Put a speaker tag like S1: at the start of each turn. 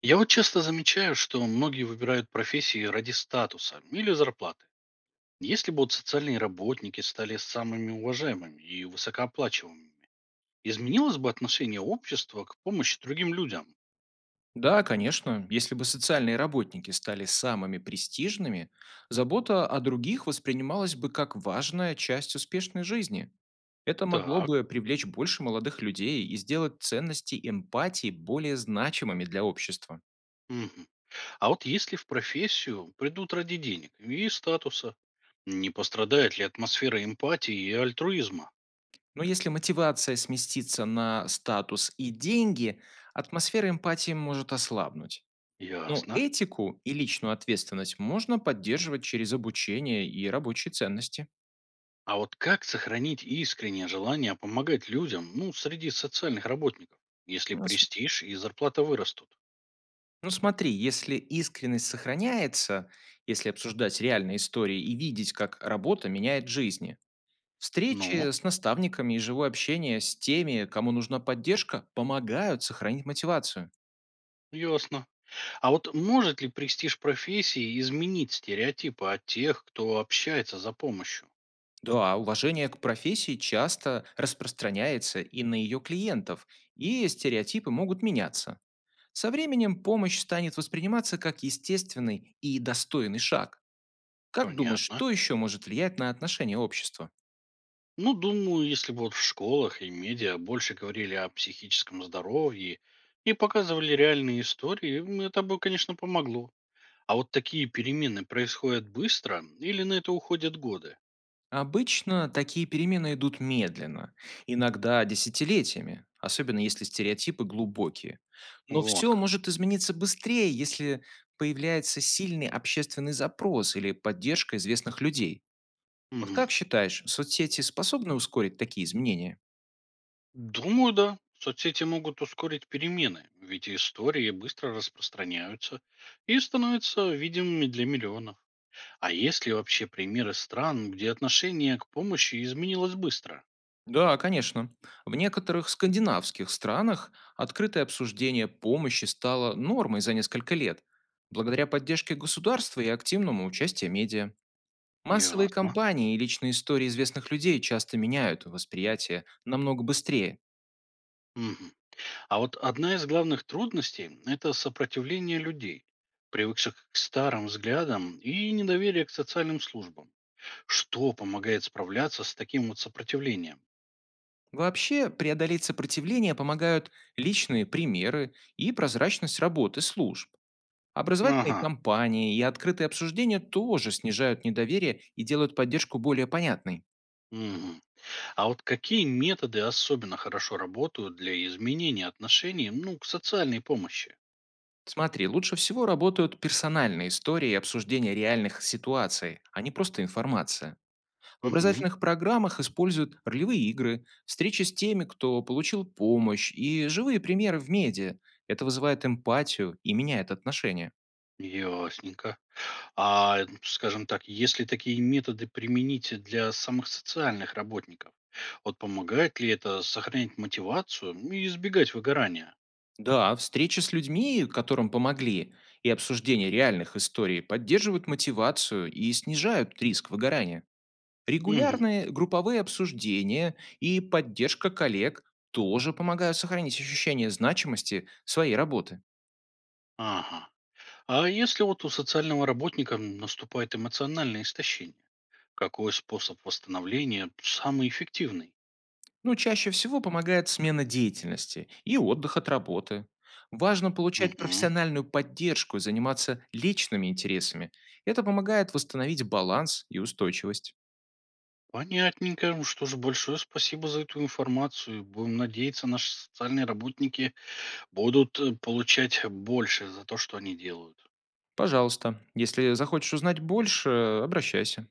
S1: Я вот часто замечаю, что многие выбирают профессии ради статуса или зарплаты. Если бы вот социальные работники стали самыми уважаемыми и высокооплачиваемыми, изменилось бы отношение общества к помощи другим людям?
S2: Да, конечно. Если бы социальные работники стали самыми престижными, забота о других воспринималась бы как важная часть успешной жизни. Это могло
S1: Так.
S2: бы привлечь больше молодых людей и сделать ценности эмпатии более значимыми для общества.
S1: Мгм. А вот если в профессию придут ради денег и статуса, не пострадает ли атмосфера эмпатии и альтруизма?
S2: Но если мотивация сместится на статус и деньги, атмосфера эмпатии может ослабнуть. Но
S1: Ясно.
S2: этику и личную ответственность можно поддерживать через обучение и рабочие ценности.
S1: А вот как сохранить искреннее желание помогать людям, ну, среди социальных работников, если престиж и зарплата вырастут?
S2: Ну смотри, если искренность сохраняется, если обсуждать реальные истории и видеть, как работа меняет жизни,
S1: Ну,
S2: встречи с наставниками и живое общение с теми, кому нужна поддержка, помогают сохранить мотивацию.
S1: ясно. А вот может ли престиж профессии изменить стереотипы от тех, кто общается за помощью?
S2: Да, уважение к профессии часто распространяется и на ее клиентов, и стереотипы могут меняться. Со временем помощь станет восприниматься как естественный и достойный шаг. Как думаешь,
S1: Понятно.
S2: что еще может влиять на отношение общества?
S1: Ну, думаю, если бы вот в школах и медиа больше говорили о психическом здоровье и показывали реальные истории, это бы, конечно, помогло. А вот такие перемены происходят быстро или на это уходят годы?
S2: Обычно такие перемены идут медленно, иногда десятилетиями, особенно если стереотипы глубокие. Но
S1: Вот
S2: все
S1: как.
S2: может измениться быстрее, если появляется сильный общественный запрос или поддержка известных людей. Вот
S1: Мгм.
S2: как считаешь, соцсети способны ускорить такие изменения?
S1: Думаю, да. Соцсети могут ускорить перемены, ведь истории быстро распространяются и становятся видимыми для миллионов. А есть ли вообще примеры стран, где отношение к помощи изменилось быстро?
S2: Да, конечно. В некоторых скандинавских странах открытое обсуждение помощи стало нормой за несколько лет, благодаря поддержке государства и активному участию медиа. Массовые
S1: Ясно.
S2: кампании и личные истории известных людей часто меняют восприятие намного быстрее.
S1: Мгм. А вот одна из главных трудностей – это сопротивление людей, привыкших к старым взглядам и недоверие к социальным службам. Что помогает справляться с таким вот сопротивлением?
S2: Вообще, преодолеть сопротивление помогают личные примеры и прозрачность работы служб. Образовательные
S1: Ага.
S2: кампании и открытые обсуждения тоже снижают недоверие и делают поддержку более понятной.
S1: Мгм. А вот какие методы особенно хорошо работают для изменения отношений, ну, к социальной помощи?
S2: Смотри, лучше всего работают персональные истории и обсуждения реальных ситуаций, а не просто информация. В
S1: Мгм.
S2: образовательных программах используют ролевые игры, встречи с теми, кто получил помощь, и живые примеры в медиа. Это вызывает эмпатию и меняет отношения.
S1: Ясненько. А, скажем так, если такие методы применить для самых социальных работников, вот помогает ли это сохранять мотивацию и избегать выгорания?
S2: Да, встречи с людьми, которым помогли, и обсуждение реальных историй поддерживают мотивацию и снижают риск выгорания.
S1: Мгм.
S2: Регулярные групповые обсуждения и поддержка коллег тоже помогают сохранить ощущение значимости своей работы.
S1: Ага. А если вот у социального работника наступает эмоциональное истощение, какой способ восстановления самый эффективный?
S2: Ну, чаще всего помогает смена деятельности и отдых от работы. Важно получать
S1: Мгм.
S2: профессиональную поддержку и заниматься личными интересами. Это помогает восстановить баланс и устойчивость.
S1: Понятненько. Ну что ж, большое спасибо за эту информацию. Будем надеяться, наши социальные работники будут получать больше за то, что они делают.
S2: Пожалуйста, если захочешь узнать больше, обращайся.